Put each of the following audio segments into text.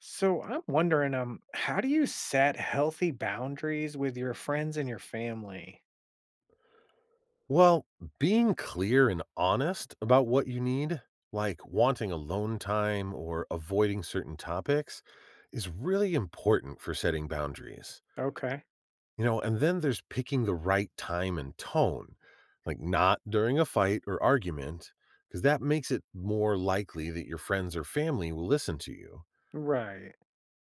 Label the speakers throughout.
Speaker 1: So I'm wondering, how do you set healthy boundaries with your friends and your family?
Speaker 2: Well, being clear and honest about what you need, like wanting alone time or avoiding certain topics, is really important for setting boundaries.
Speaker 1: Okay.
Speaker 2: You know, and then there's picking the right time and tone, like not during a fight or argument, because that makes it more likely that your friends or family will listen to you.
Speaker 1: Right.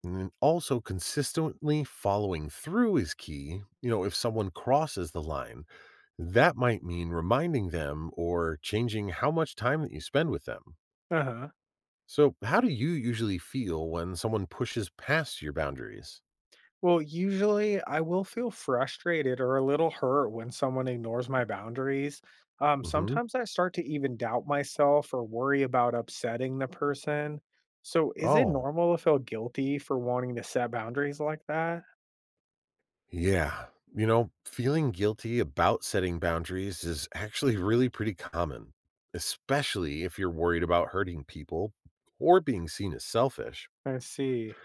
Speaker 2: And then also consistently following through is key. You know, if someone crosses the line, that might mean reminding them or changing how much time that you spend with them.
Speaker 1: Uh-huh.
Speaker 2: So, how do you usually feel when someone pushes past your boundaries?
Speaker 1: Well, usually I will feel frustrated or a little hurt when someone ignores my boundaries.
Speaker 2: Hmm.
Speaker 1: Sometimes I start to even doubt myself or worry about upsetting the person. So is it
Speaker 2: Oh,
Speaker 1: normal to feel guilty for wanting to set boundaries like that?
Speaker 2: yeah. You know, feeling guilty about setting boundaries is actually really pretty common, especially if you're worried about hurting people or being seen as selfish.
Speaker 1: I see.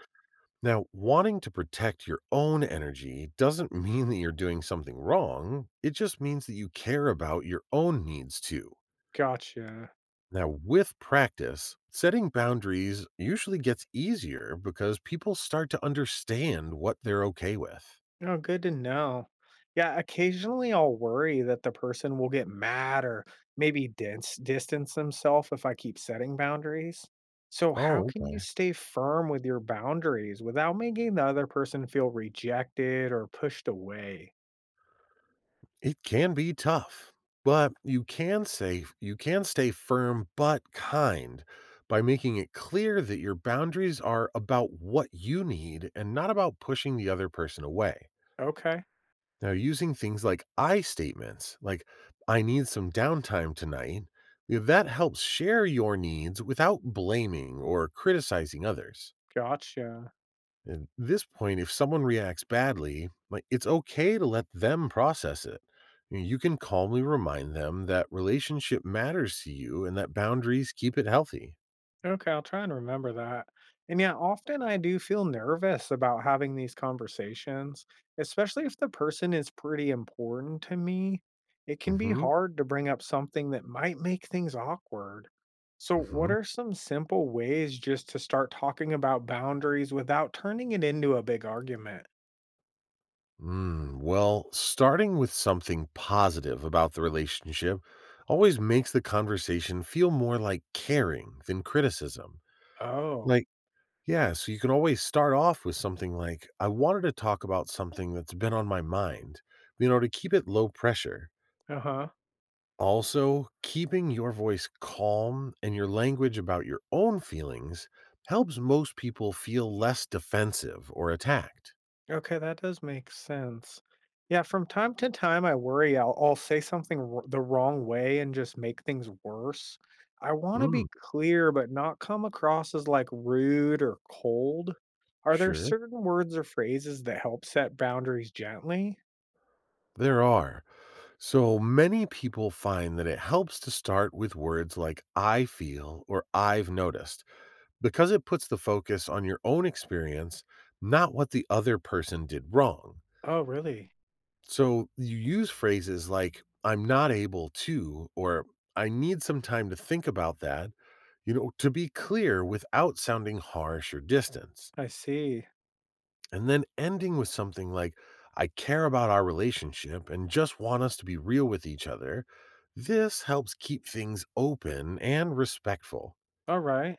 Speaker 2: Now, wanting to protect your own energy doesn't mean that you're doing something wrong. It just means that you care about your own needs too.
Speaker 1: Gotcha.
Speaker 2: Now, with practice, setting boundaries usually gets easier because people start to understand what they're okay with.
Speaker 1: Oh, good to know. Yeah, occasionally I'll worry that the person will get mad or maybe distance themselves if I keep setting boundaries. So, how
Speaker 2: Oh,
Speaker 1: can you
Speaker 2: okay.
Speaker 1: stay firm with your boundaries without making the other person feel rejected or pushed away?
Speaker 2: It can be tough, but you can say you can stay firm but kind by making it clear that your boundaries are about what you need and not about pushing the other person away.
Speaker 1: Okay,
Speaker 2: Now, using things like I statements, like I need some downtime tonight, you know, that helps share your needs without blaming or criticizing others.
Speaker 1: gotcha.
Speaker 2: At this point, if someone reacts badly, like it's okay to let them process it. You know, you can calmly remind them that relationship matters to you and that boundaries keep it healthy.
Speaker 1: Okay, I'll try and remember that. And yeah, often I do feel nervous about having these conversations, especially if the person is pretty important to me. It can be
Speaker 2: Hmm.
Speaker 1: hard to bring up something that might make things awkward. So, what
Speaker 2: Hmm.
Speaker 1: are some simple ways just to start talking about boundaries without turning it into a big argument?
Speaker 2: Well, starting with something positive about the relationship always makes the conversation feel more like caring than criticism.
Speaker 1: Oh,
Speaker 2: Like, yeah, so you can always start off with something like, I wanted to talk about something that's been on my mind, you know, to keep it low pressure.
Speaker 1: uh huh.
Speaker 2: Also, keeping your voice calm and your language about your own feelings helps most people feel less defensive or attacked.
Speaker 1: Okay, that does make sense. Yeah, from time to time, I worry I'll say the wrong way and just make things worse. I want to
Speaker 2: Mm,
Speaker 1: be clear, but not come across as like rude or cold. Are there
Speaker 2: sure,
Speaker 1: certain words or phrases that help set boundaries gently?
Speaker 2: there are. So many people find that it helps to start with words like I feel or I've noticed because it puts the focus on your own experience, not what the other person did wrong.
Speaker 1: Oh, really?
Speaker 2: So you use phrases like I'm not able to or I need some time to think about that, you know, to be clear without sounding harsh or distant.
Speaker 1: I see.
Speaker 2: And then ending with something like, I care about our relationship and just want us to be real with each other. This helps keep things open and respectful.
Speaker 1: All right.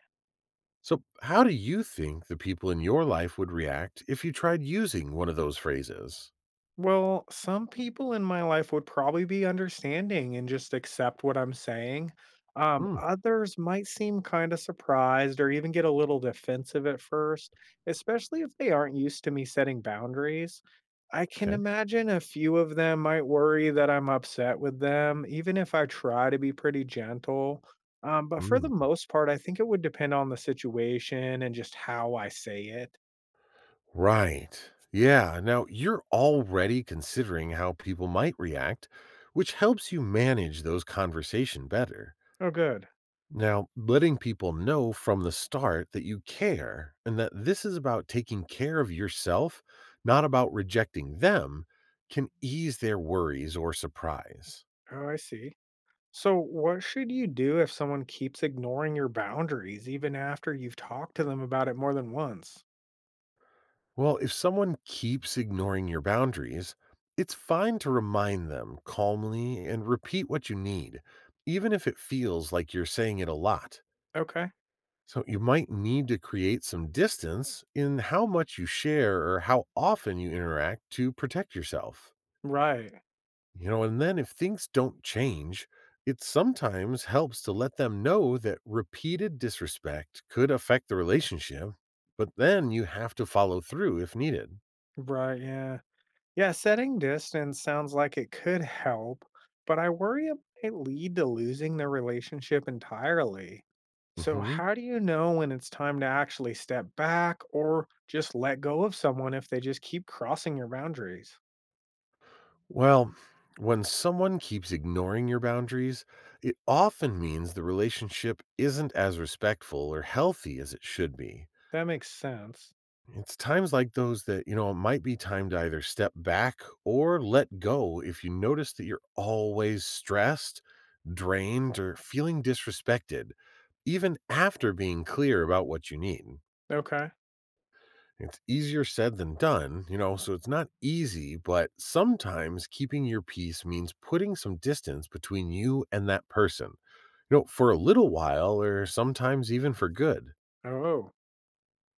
Speaker 2: So, how do you think the people in your life would react if you tried using one of those phrases?
Speaker 1: Well, some people in my life would probably be understanding and just accept what I'm saying.
Speaker 2: Hmm,
Speaker 1: Others might seem kind of surprised or even get a little defensive at first, especially if they aren't used to me setting boundaries. I can
Speaker 2: okay.
Speaker 1: imagine a few of them might worry that I'm upset with them, even if I try to be pretty gentle. But for the
Speaker 2: Mm,
Speaker 1: most part, I think it would depend on the situation and just how I say it.
Speaker 2: right. Yeah. Now, you're already considering how people might react, which helps you manage those conversation better.
Speaker 1: Oh, good.
Speaker 2: Now, letting people know from the start that you care and that this is about taking care of yourself, not about rejecting them, can ease their worries or surprise.
Speaker 1: Oh, I see. So, what should you do if someone keeps ignoring your boundaries even after you've talked to them about it more than once?
Speaker 2: Well, if someone keeps ignoring your boundaries, it's fine to remind them calmly and repeat what you need, even if it feels like you're saying it a lot.
Speaker 1: Okay.
Speaker 2: So, you might need to create some distance in how much you share or how often you interact to protect yourself.
Speaker 1: Right.
Speaker 2: You know, and then if things don't change, it sometimes helps to let them know that repeated disrespect could affect the relationship, but then you have to follow through if needed.
Speaker 1: Right. Yeah. Yeah. Setting distance sounds like it could help, but I worry it might lead to losing the relationship entirely. So,
Speaker 2: hmm
Speaker 1: how do you know when it's time to actually step back or just let go of someone if they just keep crossing your boundaries?
Speaker 2: Well, when someone keeps ignoring your boundaries, it often means the relationship isn't as respectful or healthy as it should be.
Speaker 1: That makes sense.
Speaker 2: It's times like those that, you know, it might be time to either step back or let go if you notice that you're always stressed, drained, or feeling disrespected, even after being clear about what you need.
Speaker 1: Okay.
Speaker 2: It's easier said than done, you know, so it's not easy, but sometimes keeping your peace means putting some distance between you and that person, you know, for a little while or sometimes even for good.
Speaker 1: Oh.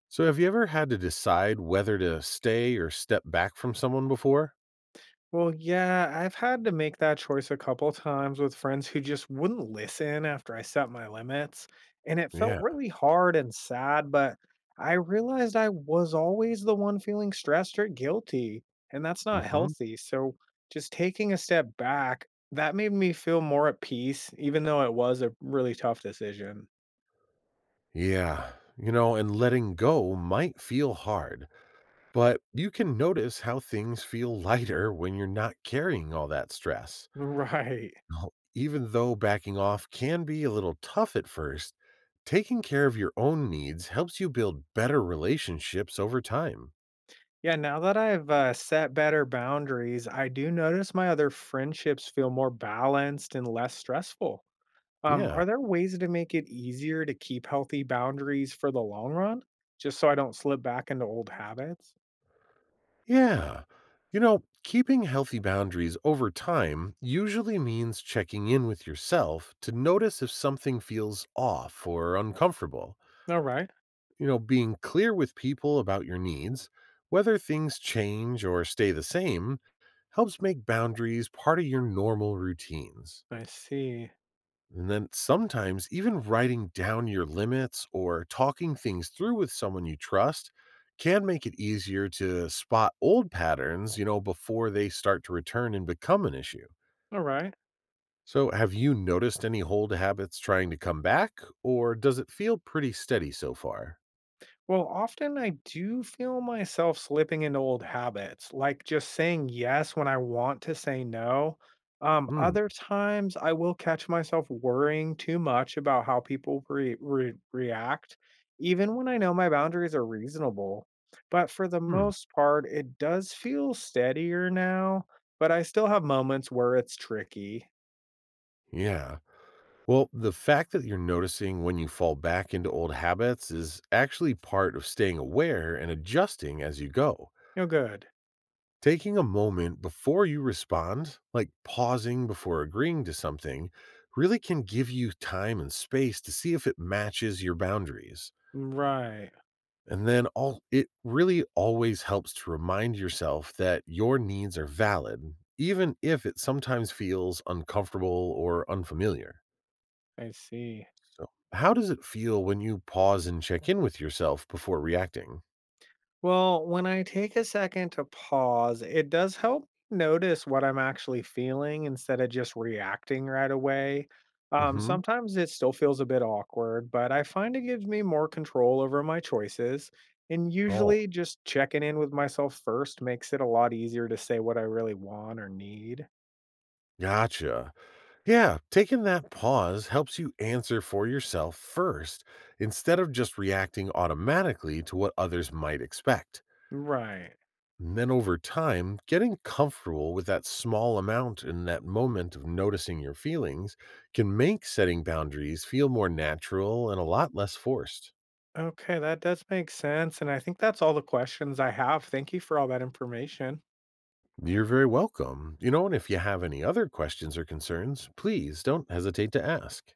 Speaker 2: So, have you ever had to decide whether to stay or step back from someone before?
Speaker 1: Well, yeah, I've had to make that choice a couple times with friends who just wouldn't listen after I set my limits. And it felt
Speaker 2: Yeah.
Speaker 1: really hard and sad, but I realized I was always the one feeling stressed or guilty, and that's not
Speaker 2: Hmm.
Speaker 1: healthy. So just taking a step back, that made me feel more at peace, even though it was a really tough decision.
Speaker 2: Yeah. You know, and letting go might feel hard, but you can notice how things feel lighter when you're not carrying all that stress.
Speaker 1: Right.
Speaker 2: Now, even though backing off can be a little tough at first, taking care of your own needs helps you build better relationships over time.
Speaker 1: Yeah, now that I've set better boundaries, I do notice my other friendships feel more balanced and less stressful.
Speaker 2: Yeah.
Speaker 1: Are there ways to make it easier to keep healthy boundaries for the long run? Just so I don't slip back into old habits?
Speaker 2: Yeah. You know, keeping healthy boundaries over time usually means checking in with yourself to notice if something feels off or uncomfortable.
Speaker 1: All right.
Speaker 2: You know, being clear with people about your needs, whether things change or stay the same, helps make boundaries part of your normal routines.
Speaker 1: I see.
Speaker 2: And then sometimes even writing down your limits or talking things through with someone you trust can make it easier to spot old patterns, you know, before they start to return and become an issue.
Speaker 1: All right.
Speaker 2: So, have you noticed any old habits trying to come back, or does it feel pretty steady so far?
Speaker 1: Well, often I do feel myself slipping into old habits, like just saying yes when I want to say no.
Speaker 2: Hmm.
Speaker 1: Other times I will catch myself worrying too much about how people react, even when I know my boundaries are reasonable. But for the
Speaker 2: Hmm.
Speaker 1: most part, it does feel steadier now, but I still have moments where it's tricky.
Speaker 2: Yeah. Well, the fact that you're noticing when you fall back into old habits is actually part of staying aware and adjusting as you go.
Speaker 1: You're good.
Speaker 2: Taking a moment before you respond, like pausing before agreeing to something, really can give you time and space to see if it matches your boundaries.
Speaker 1: Right.
Speaker 2: And then all it really always helps to remind yourself that your needs are valid, even if it sometimes feels uncomfortable or unfamiliar.
Speaker 1: I see.
Speaker 2: So, how does it feel when you pause and check in with yourself before reacting?
Speaker 1: Well, when I take a second to pause, it does help notice what I'm actually feeling instead of just reacting right away.
Speaker 2: Mhm.
Speaker 1: Sometimes it still feels a bit awkward, but I find it gives me more control over my choices. And
Speaker 2: Oh,
Speaker 1: usually, just checking in with myself first makes it a lot easier to say what I really want or need.
Speaker 2: gotcha. Yeah, taking that pause helps you answer for yourself first instead of just reacting automatically to what others might expect.
Speaker 1: Right.
Speaker 2: And then over time, getting comfortable with that small amount and that moment of noticing your feelings can make setting boundaries feel more natural and a lot less forced.
Speaker 1: Okay, that does make sense. And I think that's all the questions I have. Thank you for all that information.
Speaker 2: You're very welcome. You know, and if you have any other questions or concerns, please don't hesitate to ask.